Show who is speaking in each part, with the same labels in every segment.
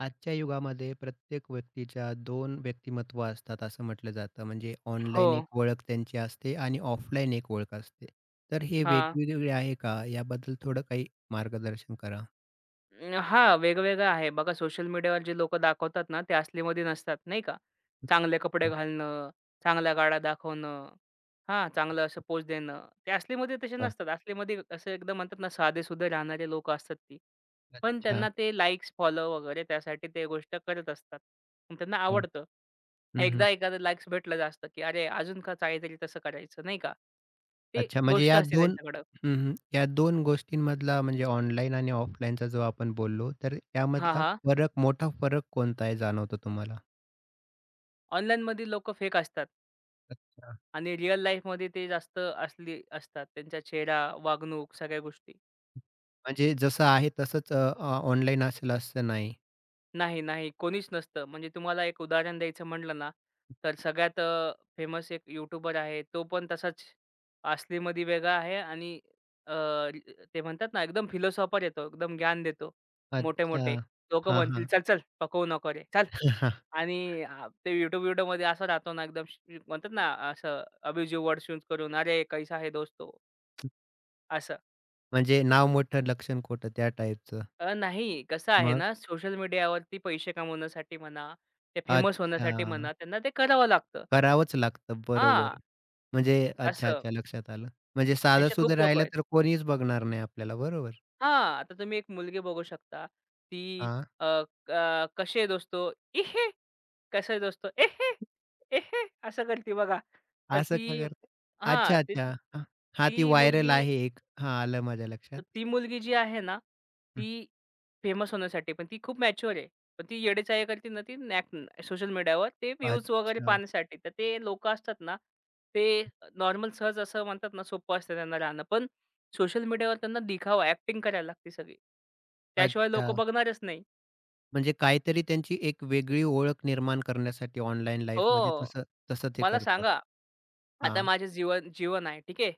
Speaker 1: आजच्या युगामध्ये प्रत्येक व्यक्तीच्या दोन व्यक्तिमत्व असतात असं म्हटलं जातं. म्हणजे
Speaker 2: हो,
Speaker 1: ऑनलाईन एक ओळख त्यांची असते आणि ऑफलाईन एक ओळख असते. तर हे
Speaker 2: हां.
Speaker 1: वेगवेगळे आहे का? याबद्दल थोडं काही मार्गदर्शन करा.
Speaker 2: वेगवेगळं आहे. बघा सोशल मीडियावर जे लोकं दाखवतात ना, ते असलीमध्ये नसतात, नाही का? चांगले कपडे
Speaker 1: अच्छा,
Speaker 2: घालणं, चांगल्या गाड्या दाखवणं, हां, चांगलं असं पोज देणं. ते असलीमध्ये तसे नसतात. असलीमध्ये असं एकदम म्हणतात ना, साधेसुधे राहणारे लोकं असतात ती. पण
Speaker 1: अच्छा,
Speaker 2: त्यांना ते लाइक्स, फॉलो वगैरे त्यासाठी ते गोष्ट करत असतात. पण त्यांना
Speaker 1: अच्छा.
Speaker 2: आवडतं.
Speaker 1: हं, हं.
Speaker 2: एकदा एखादं लाइक्स भेटलं जास्त, की "अरे, अजून का काहीतरी तसं करायचं," नाही का? ते
Speaker 1: अच्छा म्हणजे
Speaker 2: गोष्ट
Speaker 1: या
Speaker 2: असते
Speaker 1: दोन
Speaker 2: त्यांच्याकडं.
Speaker 1: हं, हं. या 2 गोष्टींमधला म्हणजे ऑनलाईन आणि ऑफलाईनचा जो आपण बोललो, तर
Speaker 2: हां,
Speaker 1: त्यामधला
Speaker 2: हां.
Speaker 1: फरक मोठा फरक कोणता आहे जाणवतो तुम्हाला?
Speaker 2: ऑनलाईनमध्ये लोकं फेक असतात.
Speaker 1: अच्छा.
Speaker 2: आणि रिअल लाईफमध्ये ते जास्त असली असतात. त्यांचा चेहरा, वागणूक सगळ्या गोष्टी.
Speaker 1: म्हणजे जसं आहे तसंच ऑनलाईन असेल असं नाही.
Speaker 2: नाही, नाही कोणीच नसतं. म्हणजे तुम्हाला एक उदाहरण द्यायचं म्हटलं ना, तर सगळ्यात फेमस एक यूट्यूबर आहे. तो पण तसाच असलीमध्ये वेगळा आहे आणि अ, रि- ते म्हणतात ना एकदम फिलोसॉफर येतो. एकदम ज्ञान देतो.
Speaker 1: अच्छा.
Speaker 2: मोठे-मोठे. लोकं
Speaker 1: हां,
Speaker 2: म्हणतील,
Speaker 1: हां.
Speaker 2: "चल, चल पकवू नको रे, चल." आणि ते YouTube व्हिडिओमध्ये असं राहतो ना एकदम म्हणतात ना असं अभिजीव वर्ड चूज करून, "अरे कैसा है दोस्तो?" असं.
Speaker 1: म्हणजे नाव मोठं लक्षण खोटं त्या टाईपचं.
Speaker 2: नाही. कसं आहे
Speaker 1: मग?
Speaker 2: ना, सोशल मीडियावरती पैसे कमवण्यासाठी म्हणा, ते फेमस होण्यासाठी
Speaker 1: अच्छा.
Speaker 2: म्हणा, त्यांना ते करावं लागतं.
Speaker 1: करावंच लागतं,
Speaker 2: हां,
Speaker 1: बरोबर. म्हणजे अच्छा,
Speaker 2: असं.
Speaker 1: अच्छा, लक्षात आलं. म्हणजे
Speaker 2: असे
Speaker 1: साधंसुधं
Speaker 2: खूप लोकं
Speaker 1: राहिलं
Speaker 2: आहेत.
Speaker 1: तर कोणीच बघणार नाही आपल्याला, बरोबर.
Speaker 2: हां, आता तुम्ही एक मुलगी बघू शकता. ती
Speaker 1: हां.
Speaker 2: अ, "कैसे दोस्तो?" "ए हे!" दोस्तो?" "ए हे! असं करते बघा. तर
Speaker 1: असं का
Speaker 2: ती
Speaker 1: करते?
Speaker 2: हां,
Speaker 1: अच्छा,
Speaker 2: ती
Speaker 1: अच्छा. हां. हां, ती
Speaker 2: ती
Speaker 1: व्हायरल
Speaker 2: मुलगी
Speaker 1: आहे एक. हां, आलं माझ्या लक्षात.
Speaker 2: तर ती मुलगी जी आहे ना,
Speaker 1: हं.
Speaker 2: ती फेमस होण्यासाठी पण ती खूप मॅच्युअर आहे. पण ती येडेचाळे करते ना ती नॅक सोशल मीडियावर ते व्ह्यूज वगैरे
Speaker 1: अच्छा,
Speaker 2: पाहण्यासाठी. तर ते लोकं असतात ना, ते नॉर्मल सहज असं म्हणतात ना, सोपं असतं त्यांना राहणं. पण सोशल मीडियावर त्यांना दिखावा, ॲक्टिंग करायला लागते सगळी. त्याशिवाय
Speaker 1: अच्छा.
Speaker 2: लोकं बघणारच नाही.
Speaker 1: म्हणजे काहीतरी त्यांची एक वेगळी ओळख निर्माण करण्यासाठी ऑनलाईन लाईफमध्ये
Speaker 2: हो.
Speaker 1: तसं तसं ते
Speaker 2: मला
Speaker 1: करतात.
Speaker 2: सांगा आता
Speaker 1: हां.
Speaker 2: माझे जीवन जीवन आहे ठीक आहे.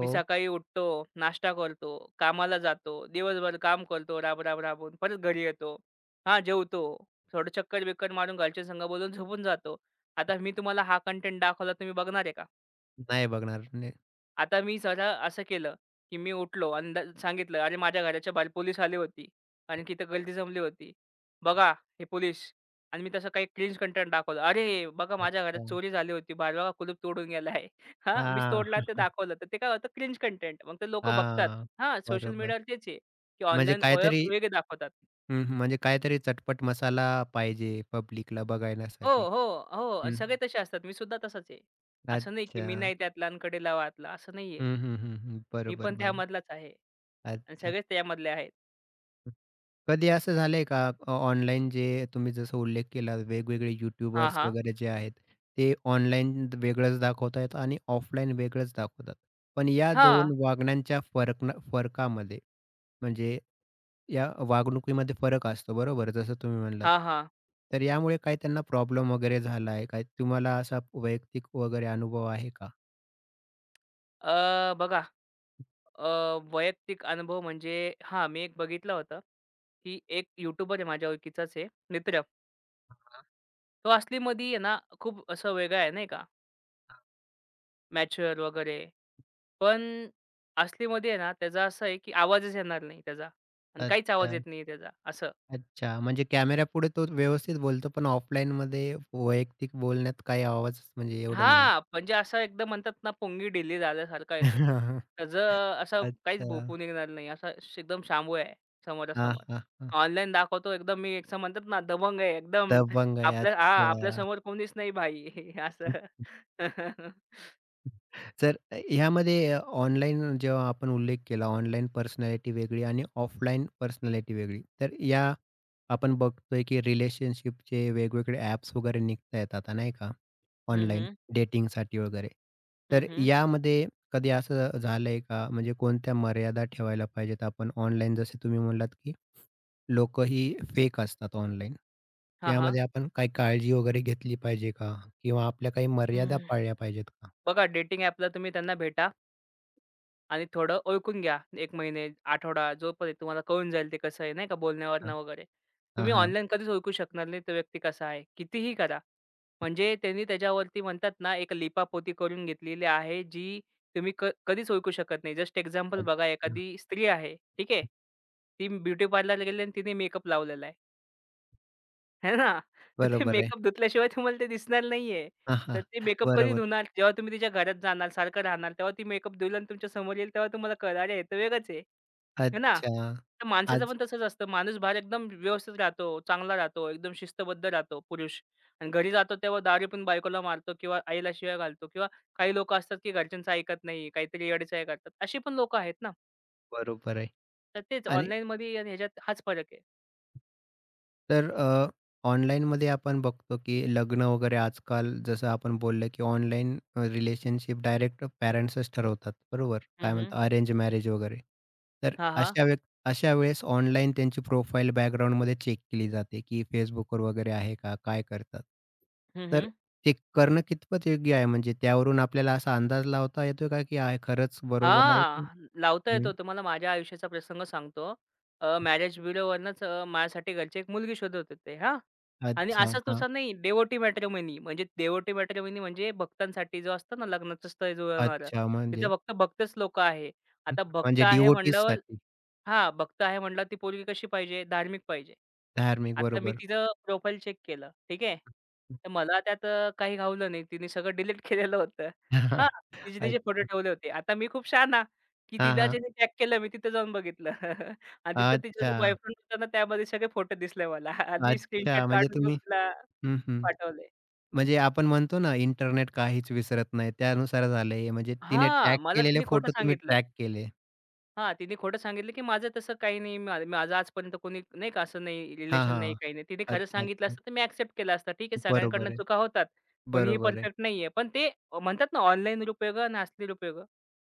Speaker 2: मी सकाळी उठतो, नाश्ता करतो, कामाला जातो, दिवसभर काम करतो राब, राब, राबून. परत घरी येतो. हां, जेवतो. थोडं चक्कर-बिक्कर मारून घरच्यांसंग बोलून झोपून जातो. आता मी तुम्हाला हा कंटेंट दाखवला तुम्ही बघणार आहे का?
Speaker 1: नाही बघणार.
Speaker 2: आता मी जरा असं केलं, की मी उठलो आणि सांगितलं, "अरे, माझ्या घराच्या बाहेर पोलीस आले होती कारण की इथं गर्दी जमली होती. बघा
Speaker 1: हां,
Speaker 2: हे पोलीस." आणि मी तसं काही क्रिंज कंटेंट दाखवलं. "अरे, बघा माझ्या घरात
Speaker 1: अच्छा.
Speaker 2: चोरी झाली होती. बाहेर बघा कुलूप तोडून गेला आहे." हां, मीच
Speaker 1: हां.
Speaker 2: तोडला आणि ते दाखवलं. तर ते काय होतं क्रिंज कंटेंट. मग ते लोकं बघतात.
Speaker 1: हां.
Speaker 2: हां, सोशल
Speaker 1: बरोबर.
Speaker 2: मीडियावर तेच आहे, की
Speaker 1: म्हणजे
Speaker 2: ऑनलाईन ओळख
Speaker 1: काहीतरी
Speaker 2: वेगळी दाखवतात.
Speaker 1: हं, हं. म्हणजे काहीतरी चटपट मसाला पाहिजे पब्लिकला
Speaker 2: हो,
Speaker 1: बघण्यासाठी.
Speaker 2: हो, हो. आणि
Speaker 1: हं.
Speaker 2: सगळे तसे असतात. मी सुद्धा तसाच आहे. असं नाही, की
Speaker 1: अच्छा.
Speaker 2: मी नाही त्यातला आणि कडेला वातला असं नाहीये.
Speaker 1: हं, हं, हं, हं.
Speaker 2: मी
Speaker 1: बरोबर,
Speaker 2: पण
Speaker 1: बरोबर.
Speaker 2: त्यामधलाच आहे आणि
Speaker 1: अच्छा.
Speaker 2: सगळेच त्यामधले आहेत.
Speaker 1: हं. कधी असं झालंय का ऑनलाईन तुम्ही जसं उल्लेख केला वेगवेगळे
Speaker 2: हां,
Speaker 1: यूट्यूबर्स
Speaker 2: हां.
Speaker 1: वगैरे जे आहेत, ते ऑनलाईन वेगळंच दाखवतायत आणि ऑफलाईन वेगळंच दाखवतात. पण या 2
Speaker 2: हां,
Speaker 1: वागण्यांच्या फरकामध्ये म्हणजे या वागणुकीमध्ये फरक असतो, बरोबर, जसं तुम्ही म्हणलात.
Speaker 2: हां, हां.
Speaker 1: तर यामुळे काही त्यांना प्रॉब्लेम वगैरे झाला आहे काय? तुम्हाला असा वैयक्तिक वगैरे अनुभव आहे का?
Speaker 2: बघा अ, वैयक्तिक अनुभव म्हणजे हां, मी एक बघितलं होतं, की एक यूट्यूबर आहे माझ्या ओळखीचाच आहे मित्र. तो असलीमध्ये आहे ना, खूप असं वेगळा आहे नाही का, मॅच्युअर वगैरे. पण असलीमध्ये आहे ना, त्याचा असं आहे, की आवाजच येणार नाही त्याचा आणि काहीच
Speaker 1: अच्छा,
Speaker 2: आवाज येत नाही त्याचा असं.
Speaker 1: अच्छा. म्हणजे कॅमेऱ्यापुढे तो व्यवस्थित बोलतो, पण ऑफलाईनमध्ये वैयक्तिक बोलण्यात काही आवाजच म्हणजे एवढं नाही.
Speaker 2: हां, म्हणजे असं एकदम म्हणतात ना, पुंगी ढिली झाल्यासारखा येतो. त्याचं असं काहीच
Speaker 1: अच्छा.
Speaker 2: भोपू निघणार नाही. असा एकदम शांबूळ आहे
Speaker 1: हां,
Speaker 2: समोरासमोर.
Speaker 1: हां, हां.
Speaker 2: ऑनलाईन दाखवतो एकदम मी असं म्हणतात ना, दबंग आहे एकदम.
Speaker 1: दबंग आहे.
Speaker 2: आपल्या हां,
Speaker 1: अच्छा.
Speaker 2: आपल्यासमोर कोणीच नाही भाई असं.
Speaker 1: तर ह्यामध्ये ऑनलाईन जेव्हा आपण उल्लेख केला, ऑनलाईन पर्सनॅलिटी वेगळी आणि ऑफलाईन पर्सनॅलिटी वेगळी. तर या आपण बघतोय की रिलेशनशिपचे वेगवेगळे ॲप्स वगैरे निघतायत आता नाही का,
Speaker 2: हं,
Speaker 1: ऑनलाईन
Speaker 2: हं.
Speaker 1: डेटिंगसाठी वगैरे.
Speaker 2: हं, हं.
Speaker 1: तर
Speaker 2: हं, हं.
Speaker 1: यामध्ये कधी असं झालंय का? म्हणजे कोणत्या मर्यादा ठेवायला पाहिजेत आपण ऑनलाईन जसे तुम्ही म्हणलात की लोकंही फेक असतात ऑनलाईन.
Speaker 2: हां,
Speaker 1: यामध्ये आपण काही काळजी वगैरे घेतली पाहिजे का? किंवा आपल्या काही मर्यादा पाळल्या पाहिजेत का?
Speaker 2: बघा डेटिंग ॲपला तुम्ही त्यांना भेटा आणि थोडं ओळखून घ्या. 1 महिने, आठवडा जोपर्यंत तुम्हाला कळून जाईल ते कसं आहे, नाही का,
Speaker 1: हां,
Speaker 2: बोलण्यावरनं वगैरे.
Speaker 1: हां,
Speaker 2: तुम्ही
Speaker 1: हां.
Speaker 2: ऑनलाईन कधीच ओळखू शकणार नाही तो व्यक्ती कसा आहे, कितीही करा. म्हणजे त्यांनी त्याच्यावरती म्हणतात ना, एक लिपापोती करून घेतलेली आहे, जी तुम्ही कधीच ओळखू शकत नाही. जस्ट एक्झाम्पल बघा,
Speaker 1: अच्छा.
Speaker 2: एखादी स्त्री आहे, ठीक आहे. ती ब्युटी पार्लरला गेली आणि तिने मेकअप लावलेला आहे. आहे ना. तर ते
Speaker 1: बरोबर आहे.
Speaker 2: मेकअप धुतल्याशिवाय तुम्हाला ते दिसणार नाहीये.
Speaker 1: हां,
Speaker 2: तर
Speaker 1: हां.
Speaker 2: ते मेकअप कधी
Speaker 1: बरोबर.
Speaker 2: धुणार? जेव्हा तुम्ही तिच्या घरात जाणार, सारखं राहणार, तेव्हा ती मेकअप धुईल आणि तुमच्या समोर येईल तेव्हा तुम्हाला कळेल, "अरे, हे तर वेगळंच आहे." आहे ना?
Speaker 1: अच्छा.
Speaker 2: तर माणसाचं
Speaker 1: आज
Speaker 2: पण तसंच असतं. माणूस बाहेर एकदम व्यवस्थित राहतो, चांगला राहतो, एकदम शिस्तबद्ध राहतो पुरुष आणि घरी जातो तेव्हा दारू पिऊन बायकोला मारतो किंवा आईला शिव्या घालतो किंवा काही लोकं असतात, की घरच्यांचं ऐकत नाही, काहीतरी येडेचाळे करतात. अशी पण लोकं आहेत ना.
Speaker 1: बरोबर आहे.
Speaker 2: तर तेच
Speaker 1: आणि
Speaker 2: ऑनलाईनमध्ये आणि ह्याच्यात हाच फरक आहे.
Speaker 1: तर अ, ऑनलाईनमध्ये आपण बघतो की लग्न वगैरे आजकाल जसं आपण बोललं की ऑनलाईन रिलेशनशिप डायरेक्ट पॅरेंट्सच ठरवतात, बरोबर?
Speaker 2: हं,
Speaker 1: काय
Speaker 2: हं.
Speaker 1: म्हणतात अरेंज मॅरेज वगैरे. तर
Speaker 2: हां, हां.
Speaker 1: अशा व्यक् अशा वेळेस ऑनलाईन त्यांची प्रोफाईल बॅकग्राऊंडमध्ये चेक केली जाते की Facebookवर वगैरे आहे का? काय करतात?
Speaker 2: हं,
Speaker 1: तर
Speaker 2: हं.
Speaker 1: ते करणं कितपत योग्य आहे? म्हणजे त्यावरून आपल्याला असा अंदाज लावता येतो का की आहे खरंच बरोबर आहे
Speaker 2: हां,
Speaker 1: की
Speaker 2: लावता
Speaker 1: हं.
Speaker 2: येतो. तुम्हाला माझ्या आयुष्याचा प्रसंग सांगतो. मॅरेज ब्युरोवरनंच माझ्यासाठी घरचे एक मुलगी शोधत होते हां. आणि
Speaker 1: अच्छा.
Speaker 2: असाच
Speaker 1: हां.
Speaker 2: तुझा नाही डेवोटी मॅट्रिमोनी म्हणजे डेवोटी मॅट्रिमोनी म्हणजे भक्तांसाठी जो असतो ना लग्नाचं स्थळ जुळवणारं.
Speaker 1: अच्छा म्हणजे
Speaker 2: तिथं फक्त भक्तच लोकं आहे. आता भक्त
Speaker 1: म्हणजे डी
Speaker 2: आहे म्हणल्यावर हां, भक्त आहे म्हटलं ती पोरगी कशी पाहिजे? धार्मिक पाहिजे.
Speaker 1: धार्मिक,
Speaker 2: आता मी
Speaker 1: बरोबर.
Speaker 2: तिचं प्रोफाईल चेक केलं, ठीक आहे. तर मला त्यात काही घावलं नाही. तिने सगळं डिलीट केलेलं होतं. हां, तिचे तिचे
Speaker 1: अच्छ
Speaker 2: फोटो ठेवले होते. आता मी खूप शहाणा, की
Speaker 1: हां,
Speaker 2: तिला
Speaker 1: हां.
Speaker 2: ज्याने टॅग केलं मी तिथं जाऊन बघितलं आणि तिथं तिचा
Speaker 1: अच्छा,
Speaker 2: जो बॉयफ्रेंड होता ना त्यामध्ये सगळे फोटो दिसले मला आणि स्क्रीनशॉट
Speaker 1: अच्छा. म्हणजे
Speaker 2: काढून मग
Speaker 1: तुम्ही
Speaker 2: तिला
Speaker 1: हं, हं.
Speaker 2: पाठवले.
Speaker 1: म्हणजे आपण म्हणतो ना, इंटरनेट काहीच विसरत नाही. त्यानुसार झालं हे. म्हणजे तिने टॅग
Speaker 2: हां, मला
Speaker 1: केलेले
Speaker 2: तिने खोटं
Speaker 1: फोटो तुम्ही
Speaker 2: सांगितलं.
Speaker 1: ट्रॅक केले.
Speaker 2: हां, तिने खोटं सांगितलं, की माझं तसं काही नाही. माझं आजपर्यंत कोणी नाही का असं नाही
Speaker 1: हां,
Speaker 2: रिलेशन नाही,
Speaker 1: हां.
Speaker 2: काही नाही. तिने खरं
Speaker 1: अच्छा,
Speaker 2: सांगितलं
Speaker 1: अच्छा.
Speaker 2: असतं तर मी एक्सेप्ट केलं असतं. ठीक आहे,
Speaker 1: बरोबर
Speaker 2: सगळ्यांकडनं
Speaker 1: आहे,
Speaker 2: चुका होतात. कोणीही
Speaker 1: बरोबर आहे.
Speaker 2: परफेक्ट नाहीये. पण ते म्हणतात ना ऑनलाईन रुपयोगं आणि असली रुपयोगं.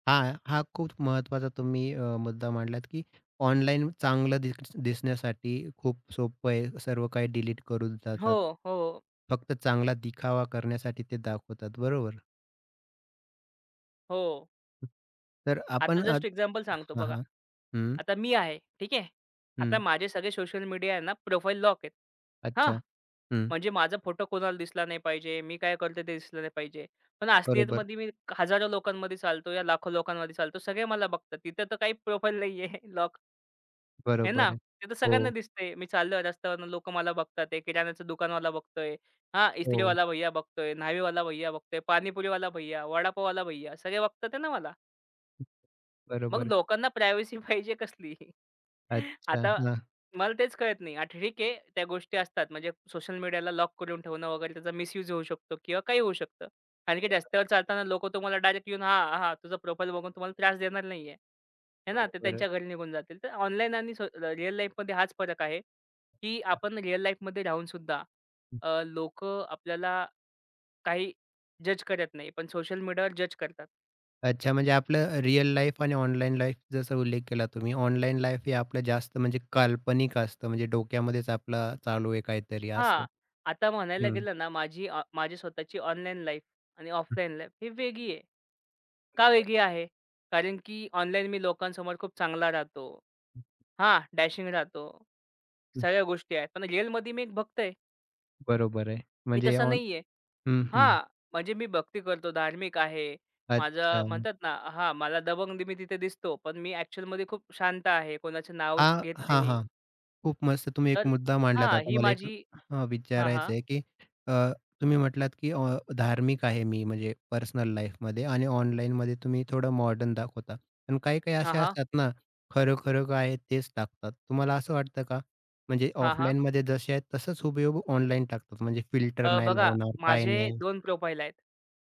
Speaker 1: हां, हा खूप महत्त्वाचा तुम्ही मुद्दा मांडलात, की ऑनलाईन चांगलं दिस दिसण्यासाठी खूप सोपं आहे. सर्व काही डिलीट करून
Speaker 2: हो,
Speaker 1: जातात.
Speaker 2: हो,
Speaker 1: फक्त चांगला दिखावा करण्यासाठी ते दाखवतात. बरोबर?
Speaker 2: हो.
Speaker 1: तर
Speaker 2: आता
Speaker 1: आपण अ
Speaker 2: जस्ट एक्झाम्पल सांगतो
Speaker 1: हां,
Speaker 2: बघा.
Speaker 1: हां. हं,
Speaker 2: आता मी आहे, ठीक आहे. आता
Speaker 1: हं.
Speaker 2: माझे सगळे सोशल मीडिया आहे ना, प्रोफाईल लॉक आहेत. हां.
Speaker 1: अच्छा. हं.
Speaker 2: म्हणजे माझा फोटो कोणाला दिसला नाही पाहिजे, मी काय करतोय ते दिसलं नाही पाहिजे. पण
Speaker 1: बरोबर,
Speaker 2: असलीयतमध्ये मी हजारो लोकांमध्ये चालतो या लाखो लोकांमध्ये चालतो. सगळे मला बघतात. तिथं तर काही प्रोफाईल नाहीये लॉक आहे ना?
Speaker 1: बरोबर आहे.
Speaker 2: ते तर सगळ्यांना
Speaker 1: हो,
Speaker 2: दिसतंय. मी चाललोय रस्त्यावरून लोकं मला बघतात आहे. किराण्याचं दुकानवाला बघतोय. हां,
Speaker 1: हो.
Speaker 2: इस्त्रीवाला भैय्या बघतोय, न्हावीवाला भैय्या बघतोय, पाणीपुरीवाला भैय्या, वडापाववाला भैय्या सगळे बघतात आहे ना मला. मग
Speaker 1: बरोबर आहे.
Speaker 2: लोकांना प्रायव्हसी पाहिजे कसली?
Speaker 1: अच्छा.
Speaker 2: आता
Speaker 1: हां.
Speaker 2: मला तेच कळत नाही. हां, ठीक आहे त्या गोष्टी असतात म्हणजे सोशल मीडियाला लॉक करून ठेवणं वगैरे त्याचा मिसयूज होऊ शकतो किंवा काही होऊ शकतं. कारण की रस्त्यावर चालताना लोकं तुम्हाला डायरेक्ट येऊन हां, हां, तुझा प्रोफाईल बघून तुम्हाला त्रास देणार नाहीये. आहे ना? ते
Speaker 1: बरोबर आहे.
Speaker 2: त्यांच्या घरी निघून जातील. तर ऑनलाईन आणि रिअल लाईफमध्ये हाच फरक आहे, की आपण रिअल लाईफमध्ये राहून सुद्धा
Speaker 1: हं.
Speaker 2: अ, आपल्याला काही जज करत नाही, पण सोशल मीडियावर जज करतात.
Speaker 1: अच्छा, म्हणजे आपलं रिअल लाईफ आणि ऑनलाईन लाईफ जसा उल्लेख केला तुम्ही. ऑनलाईन लाईफ हे आपलं जास्त म्हणजे काल्पनिक असतं. म्हणजे डोक्यामध्येच आपला चालू आहे काहीतरी असं.
Speaker 2: हां. आता म्हणायला
Speaker 1: हं.
Speaker 2: गेलं ना, माझी स्वतःची ऑनलाईन लाईफ आणि
Speaker 1: हं.
Speaker 2: ऑफलाईन लाईफ ही वेगळी आहे. का
Speaker 1: बरोबर.
Speaker 2: वेगळी आहे? कारण की ऑनलाईन मी लोकांसमोर खूप चांगला राहतो.
Speaker 1: हं,
Speaker 2: हां, डॅशिंग राहतो. सगळ्या गोष्टी आहेत. पण रिअलमध्ये मी एक भक्त आहे.
Speaker 1: बरोबर आहे.
Speaker 2: मी
Speaker 1: म्हणजे
Speaker 2: तसा
Speaker 1: ऑन
Speaker 2: नाहीये.
Speaker 1: हं, हं.
Speaker 2: हां, म्हणजे मी भक्ती करतो, धार्मिक आहे.
Speaker 1: अच्छा.
Speaker 2: माझं म्हणतात ना हां, मला दबंग मी तिथे दिसतो. पण मी ॲक्चुअलमध्ये खूप शांत आहे. कोणाचं नाव
Speaker 1: हां,
Speaker 2: घेत
Speaker 1: हां,
Speaker 2: नाही.
Speaker 1: हां. खूप मस्त तुम्ही एक
Speaker 2: तर
Speaker 1: मुद्दा मांडलात.
Speaker 2: हां,
Speaker 1: आता
Speaker 2: ही
Speaker 1: मला एक
Speaker 2: माझी
Speaker 1: हां,
Speaker 2: हां, हां.
Speaker 1: विचारायचं आहे, की अ, तुम्ही म्हटलात, की धार्मिक आहे मी म्हणजे पर्सनल लाईफमध्ये आणि ऑनलाईनमध्ये तुम्ही थोडं मॉडर्न दाखवता. पण काही-काही
Speaker 2: हां,
Speaker 1: असे
Speaker 2: हां.
Speaker 1: असतात ना, खरं-खरं काय आहे तेच टाकतात. तुम्हाला असं वाटतं का? म्हणजे
Speaker 2: हां, हां.
Speaker 1: ऑफलाईनमध्ये जसे आहेत तसंच हुबेहूब ऑनलाईन टाकतात. म्हणजे फिल्टर नाही
Speaker 2: बघा
Speaker 1: लावणार, काय
Speaker 2: माझे
Speaker 1: नाही.
Speaker 2: दोन प्रोफाइल आहेत.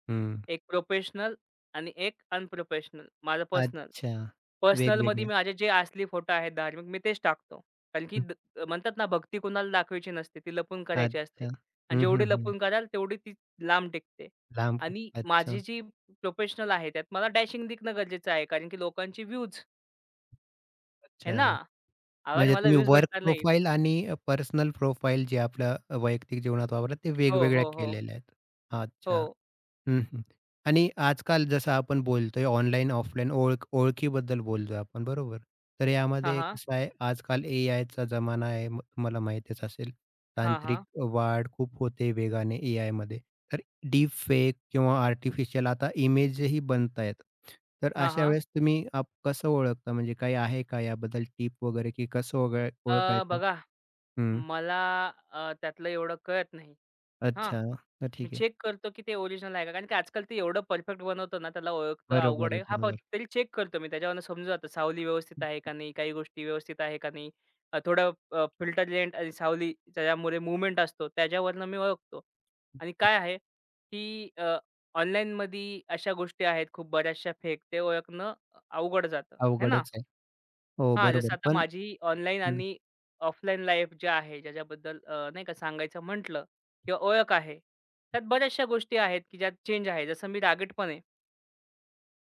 Speaker 1: हं.
Speaker 2: एक प्रोफेशनल आणि एक अनप्रोफेशनल, माझं पर्सनल.
Speaker 1: अच्छा.
Speaker 2: पर्सनलमध्ये
Speaker 1: वेगवेगळ्या.
Speaker 2: माझे जे असली फोटो आहेत धार्मिक, मी तेच टाकतो. कारण की
Speaker 1: हं.
Speaker 2: म्हणतात ना, भक्ती कुणाला दाखवायची नसते, ती लपून करायची असते.
Speaker 1: अच्छा.
Speaker 2: आणि
Speaker 1: हं, हं,
Speaker 2: जेवढी
Speaker 1: हं.
Speaker 2: लपून कराल, तेवढी ती लांब टिकते.
Speaker 1: लांब टिक
Speaker 2: आणि
Speaker 1: अच्छा,
Speaker 2: माझी जी प्रोफेशनल आहे, त्यात मला डॅशिंग दिखणं गरजेचं आहे. कारण की लोकांची व्ह्यूज आहे ना,
Speaker 1: अच्छा.
Speaker 2: अगर
Speaker 1: म्हणजे
Speaker 2: मला
Speaker 1: तुम्ही
Speaker 2: व्ह्यूज
Speaker 1: वर्क
Speaker 2: भेटणार नाहीत
Speaker 1: प्रोफाइल आणि पर्सनल प्रोफाइल जे आपलं वैयक्तिक जीवनात वापरतात ते
Speaker 2: हो,
Speaker 1: वेगवेगळ्या
Speaker 2: हो, हो.
Speaker 1: केलेल्या आहेत.
Speaker 2: हो.
Speaker 1: अच्छा. हं, हं. आणि आजकाल जसं आपण बोलतोय ऑनलाईन, ऑफलाईन ओळखीबद्दल बोलतोय आपण, बरोबर? तर
Speaker 2: हां,
Speaker 1: यामध्ये
Speaker 2: हां.
Speaker 1: कसं आहे, आजकाल एआयचा जमाना आहे. तुम्हाला माहीतच असेल.
Speaker 2: हां,
Speaker 1: तांत्रिक
Speaker 2: हां.
Speaker 1: वाढ खूप होते वेगाने एआयमध्ये. तर डीप फेक किंवा आर्टिफिशियल आता इमेजही बनतायत. तर
Speaker 2: हां,
Speaker 1: अशा
Speaker 2: हां.
Speaker 1: वेळेस तुम्ही आप कसं ओळखता? म्हणजे काही आहे का याबद्दल टिप वगैरे, की कसं ओगळ ओळखायचं?
Speaker 2: बघा
Speaker 1: हं.
Speaker 2: मला त्यातलं एवढं कळत नाही. हां,
Speaker 1: अच्छा. तर
Speaker 2: मी
Speaker 1: ठीक आहे.
Speaker 2: चेक करतो की ते ओरिजिनल आहे का? कारण की आजकाल ते एवढं परफेक्ट बनवतो ना, त्याला ओळखतं
Speaker 1: बरोबर
Speaker 2: अवघड
Speaker 1: आहे,
Speaker 2: आहे. हां, पण
Speaker 1: बरोबर.
Speaker 2: तरी चेक करतो मी. त्याच्यावरनं समजून जातं सावली व्यवस्थित आहे का नाही? काही गोष्टी व्यवस्थित आहे का नाही? थोडं फिल्टरलेंट आणि सावली ज्यामुळे मूव्हमेंट असतो, त्याच्यावरनं मी ओळखतो. आणि काय आहे की ऑनलाईनमध्ये अशा गोष्टी आहेत खूप बऱ्याचशा फेक, ते ओळखणं अवघड जातं, है ना?
Speaker 1: अवघडच आहे. हो,
Speaker 2: हां, जसं
Speaker 1: बरोबर.
Speaker 2: आता
Speaker 1: पण
Speaker 2: माझी ऑनलाईन आणि ऑफलाईन लाईफ जी आहे, ज्याच्याबद्दल नाही का सांगायचं म्हटलं किंवा ओळख आहे, त्यात बऱ्याचशा गोष्टी आहेत, की ज्यात चेंज आहे. जसं मी रागीट पण आहे.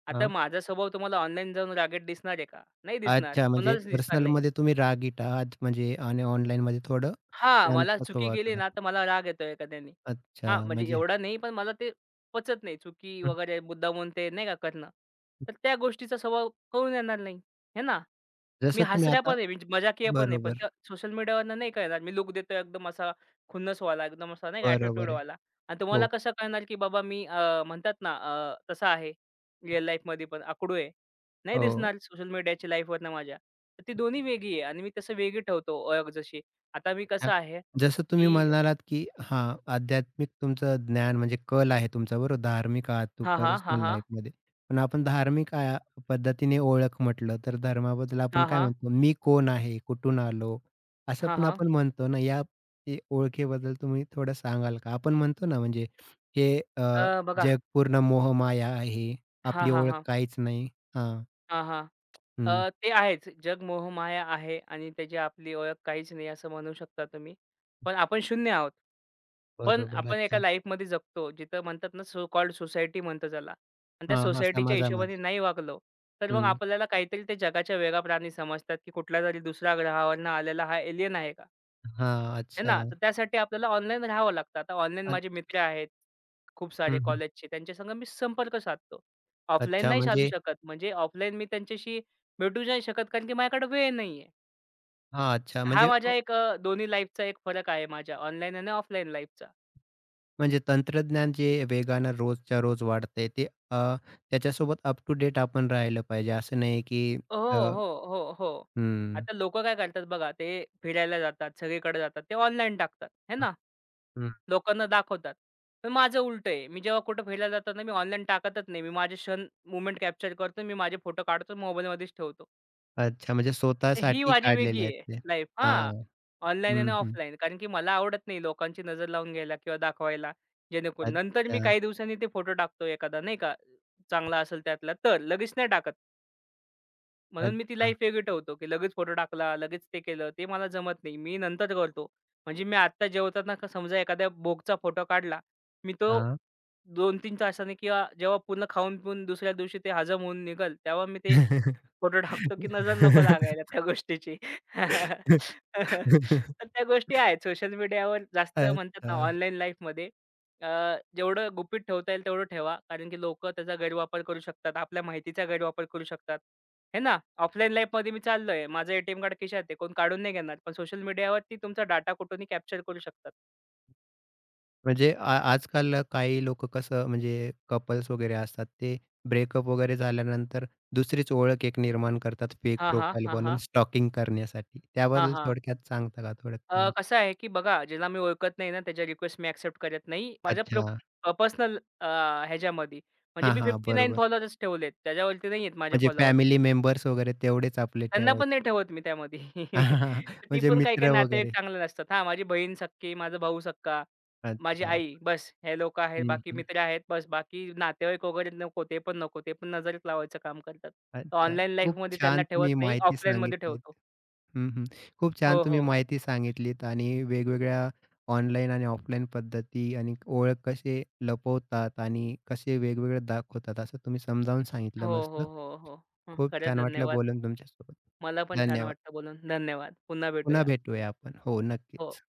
Speaker 2: आता
Speaker 1: हां.
Speaker 2: माझा स्वभाव तुम्हाला ऑनलाईन जाऊन रागीट दिसणार आहे का? नाही दिसणार.
Speaker 1: अच्छा, म्हणजे
Speaker 2: कोणालाच दिसणार नाही.
Speaker 1: पर्सनलमध्ये तुम्ही रागीट आहात म्हणजे आणि ऑनलाईनमध्ये थोडं
Speaker 2: हां, मला
Speaker 1: शांत
Speaker 2: चुकी
Speaker 1: स्वभावाचा
Speaker 2: केली ना,
Speaker 1: दाखवा.
Speaker 2: तर मला राग येतो एखाद्याने. हां,
Speaker 1: अच्छा,
Speaker 2: म्हणजे
Speaker 1: म्हणजे
Speaker 2: एवढा नाही, पण मला ते पचत नाही. चुकी
Speaker 1: हं.
Speaker 2: वगैरे मुद्दामून ते नाही का करणं. तर त्या गोष्टीचा स्वभाव कळून येणार नाही, हे ना? मी
Speaker 1: जसं तुम्ही
Speaker 2: हसऱ्या
Speaker 1: आता
Speaker 2: पण आहे, म्हणजे मजाकीय पण आहे. पण
Speaker 1: बरोबर,
Speaker 2: त्या सोशल मीडियावरनं नाही कळणार. मी लूक देतोय एकदम असा खुन्नस वाला एकदम असा नाही का
Speaker 1: बरोबर आहे.
Speaker 2: ॲटिट्यूडवाला आणि तुम्हाला
Speaker 1: हो,
Speaker 2: कसं कळणार, की बाबा मी म्हणतात ना तसा आहे रिअल लाईफमध्ये पण आकडू आहे. नाही
Speaker 1: हो.
Speaker 2: दिसणार सोशल मीडियाची लाईफवरनं माझ्या. तर ती दोन्ही वेगळी आहे आणि मी तसं वेगळी ठेवतो ओळख जशी. आता मी
Speaker 1: हां.
Speaker 2: कसं आहे,
Speaker 1: जसं तुम्ही
Speaker 2: की
Speaker 1: म्हणालात, की हां, आध्यात्मिक तुमचं ज्ञान म्हणजे कल आहे तुमचा, बरोबर, धार्मिक आहात तू
Speaker 2: हां, हां. हां,
Speaker 1: पर्सनल
Speaker 2: हां.
Speaker 1: लाईफमध्ये. पण आपण धार्मिक आ पद्धतीने ओळख म्हटलं, तर धर्माबद्दल आपण
Speaker 2: हां,
Speaker 1: काय
Speaker 2: हां.
Speaker 1: म्हणतो? मी कोण आहे? कुठून आलो? असं
Speaker 2: हां,
Speaker 1: पण
Speaker 2: हां.
Speaker 1: आपण म्हणतो ना, ओळखेबद्दल तुम्ही थोडं सांगाल का? आपण म्हणतो ना, म्हणजे हे अ,
Speaker 2: बघा
Speaker 1: जग पूर्ण मोहमाया आहे.
Speaker 2: हां,
Speaker 1: आपली
Speaker 2: हां,
Speaker 1: ओळख
Speaker 2: हां.
Speaker 1: काहीच नाही. हां,
Speaker 2: हां, हां.
Speaker 1: हं,
Speaker 2: ते आहेच. जग मोहमाया आहे आणि त्याची आपली ओळख काहीच नाही असं म्हणू शकता तुम्ही. पण आपण शून्य आहोत. पण
Speaker 1: बरोबर.
Speaker 2: आपण एका
Speaker 1: अच्छा.
Speaker 2: लाईफमध्ये जगतो जिथं म्हणतात ना सो कॉल्ड सोसायटी म्हणतो त्याला आणि त्या
Speaker 1: हां, हां,
Speaker 2: सोसायटीच्या हिशोबाने
Speaker 1: समाजामध्ये.
Speaker 2: नाही वागलो, तर मग
Speaker 1: हं,
Speaker 2: आपल्याला काहीतरी ते जगाच्या वेगळा प्राणी समजतात, की कुठल्यातरी दुसऱ्या ग्रहावरून आलेला हा एलियन आहे का?
Speaker 1: हां,
Speaker 2: आहे ना?
Speaker 1: अच्छा.
Speaker 2: तर त्यासाठी आपल्याला ऑनलाईन राहावं लागतं. आता ऑनलाईन
Speaker 1: अ
Speaker 2: माझे मित्र आहेत, खूप सारे
Speaker 1: हं, हं.
Speaker 2: कॉलेजचे. त्यांच्या संग मी संपर्क साधतो. ऑफलाईन
Speaker 1: अच्छा,
Speaker 2: नाही साधू
Speaker 1: म्हणजे
Speaker 2: शकत. म्हणजे ऑफलाईन मी त्यांच्याशी भेटू नाही शकत कारण की माझ्याकडे वेळ नाहीये.
Speaker 1: हां, अच्छा.
Speaker 2: हा माझ्या एक अ, दोन्ही लाईफचा एक फरक आहे माझ्या ऑनलाईन आणि ऑफलाईन लाईफचा.
Speaker 1: म्हणजे तंत्रज्ञान जे वेगानं रोजच्या रोज वाढतंय ते अ, त्याच्यासोबत अप टू डेट आपण राहिलं पाहिजे. असं नाही की
Speaker 2: हो,
Speaker 1: अ,
Speaker 2: हो, हो, हो.
Speaker 1: हं,
Speaker 2: आता लोकं काय करतात बघा, ते फिरायला जातात, सगळीकडे जातात. ते ऑनलाईन टाकतात, है
Speaker 1: हं,
Speaker 2: ना?
Speaker 1: हं.
Speaker 2: लोकांना दाखवतात. पण माझं उलटं आहे. मी जेव्हा कुठं फिरायला जातो मी ऑनलाईन टाकतच नाही. मी माझे क्षण, मूव्हमेंट कॅप्चर करतो. मी माझे फोटो काढतो, मोबाईलमध्येच ठेवतो.
Speaker 1: अच्छा, म्हणजे
Speaker 2: तर ही
Speaker 1: स्वतःसाठी
Speaker 2: माझी वेगळी
Speaker 1: काढलेले आहेत
Speaker 2: आहे
Speaker 1: ते.
Speaker 2: लाईफ
Speaker 1: हां.
Speaker 2: हां. ऑनलाईन
Speaker 1: हं,
Speaker 2: आणि
Speaker 1: हं.
Speaker 2: ऑफलाईन. कारण की मला आवडत नाही लोकांची नजर लावून घ्यायला किंवा दाखवायला. जेणेकरून नंतर मी
Speaker 1: अच्छा,
Speaker 2: काही दिवसांनी ते फोटो टाकतो एखादा नाही का, चांगला असेल त्यातला तर. लगेच नाही टाकत. म्हणून मी ती
Speaker 1: अच्छा.
Speaker 2: लाईफ वेगळी ठेवतो, की लगेच फोटो टाकला, लगेच ते केलं, ते मला जमत नाही. मी नंतर करतो. म्हणजे मी आत्ता जेवताना समजा एखाद्या भोगचा फोटो काढला, मी तो
Speaker 1: हां.
Speaker 2: दोन तीन तासाने किंवा जेव्हा पूर्ण खाऊन-पिऊन दुसऱ्या दिवशी ते हजम होऊन निघेल, तेव्हा मी ते फोटो टाकतो, की नजर नको लागायला त्या गोष्टीची. तर त्या गोष्टी आहेत सोशल मीडियावर जास्त म्हणतात ना,
Speaker 1: अच्छा.
Speaker 2: ऑनलाईन लाईफमध्ये अ, जेवढं गुपित ठेवता येईल तेवढं ठेवा. कारण की लोकं त्याचा गैरवापर करू शकतात, आपल्या माहितीचा गैरवापर करू शकतात. हे ना, ऑफलाईन लाईफमध्ये मी चाललोय. माझं एटीएम कार्ड खिशात आहे. कोण काढून नाही घेणार. पण सोशल मीडियावरती तुमचा डाटा कुठूनही कॅप्चर करू शकतात.
Speaker 1: म्हणजे आजकाल काही लोक कसं म्हणजे कपल्स वगैरे असतात, ते ब्रेकअप वगैरे झाल्यानंतर दुसरीच ओळख एक निर्माण करतात फेक
Speaker 2: हां, हां.
Speaker 1: प्रोफाईल
Speaker 2: हां,
Speaker 1: बनवून
Speaker 2: हां.
Speaker 1: स्टॉकिंग करण्यासाठी.
Speaker 2: हां,
Speaker 1: त्याबद्दल
Speaker 2: हां.
Speaker 1: थोडक्यात सांगता का थोडं ते म्हणजे?
Speaker 2: कसं आहे, की बघा ज्याला मी ओळखत नाही ना, त्याच्या रिक्वेस्ट मी एक्सेप्ट करत नाही. माझ्या
Speaker 1: अच्छा.
Speaker 2: पर्सनल ह्याच्यामध्ये. म्हणजे
Speaker 1: हां,
Speaker 2: मी
Speaker 1: हां.
Speaker 2: 59
Speaker 1: बरोबर.
Speaker 2: फॉलोअर्स ठेवलेत. त्याच्यावरती नाहीयेत माझे
Speaker 1: म्हणजे
Speaker 2: फॉलोअर्स.
Speaker 1: फॅमिली मेंबर्स वगैरे तेवढेच आपले
Speaker 2: त्यांना पण
Speaker 1: ठेवायचे.
Speaker 2: नाही ठेवत मी त्यामध्ये. ती
Speaker 1: म्हणजे
Speaker 2: पण काही-काही
Speaker 1: मित्र
Speaker 2: नातेवाईक
Speaker 1: वगैरे.
Speaker 2: चांगले नसतात. हां, माझी बहीण सख्खी, माझा भाऊ सख्खा, माझी
Speaker 1: अच्छा.
Speaker 2: आई बस हे लोकं आहेत. बाकी
Speaker 1: हं,
Speaker 2: मित्र आहेत बस. बाकी नातेवाईक वगैरे नको, ते पण नको. ते पण नजरेत लावायचं काम करतात.
Speaker 1: अच्छा.
Speaker 2: ऑनलाईन
Speaker 1: खूप
Speaker 2: लाईफमध्ये त्यांना
Speaker 1: छान
Speaker 2: ठेवत
Speaker 1: तुम्ही
Speaker 2: नाही,
Speaker 1: माहिती
Speaker 2: ऑफलाईनमध्ये
Speaker 1: सांगितलीत.
Speaker 2: ठेवतो.
Speaker 1: हं, हं. खूप छान
Speaker 2: हो,
Speaker 1: तुम्ही
Speaker 2: हो.
Speaker 1: माहिती सांगितलीत आणि वेगवेगळ्या ऑनलाईन आणि ऑफलाईन पद्धती आणि ओळख कसे लपवतात आणि कसे वेगवेगळे दाखवतात असं तुम्ही समजावून
Speaker 2: हो,
Speaker 1: सांगितलं मस्त.
Speaker 2: हो, हो, हो. हं,
Speaker 1: खूप
Speaker 2: खरंच
Speaker 1: छान वाटलं
Speaker 2: धन्यवाद.
Speaker 1: बोलून तुमच्यासोबत.
Speaker 2: मला पण छान
Speaker 1: धन्यवाद.
Speaker 2: वाटलं बोलून. धन्यवाद. पुन्हा
Speaker 1: पुन्हा
Speaker 2: भेटूया.
Speaker 1: भेटूया आपण. हो,
Speaker 2: हो.
Speaker 1: नक्कीच.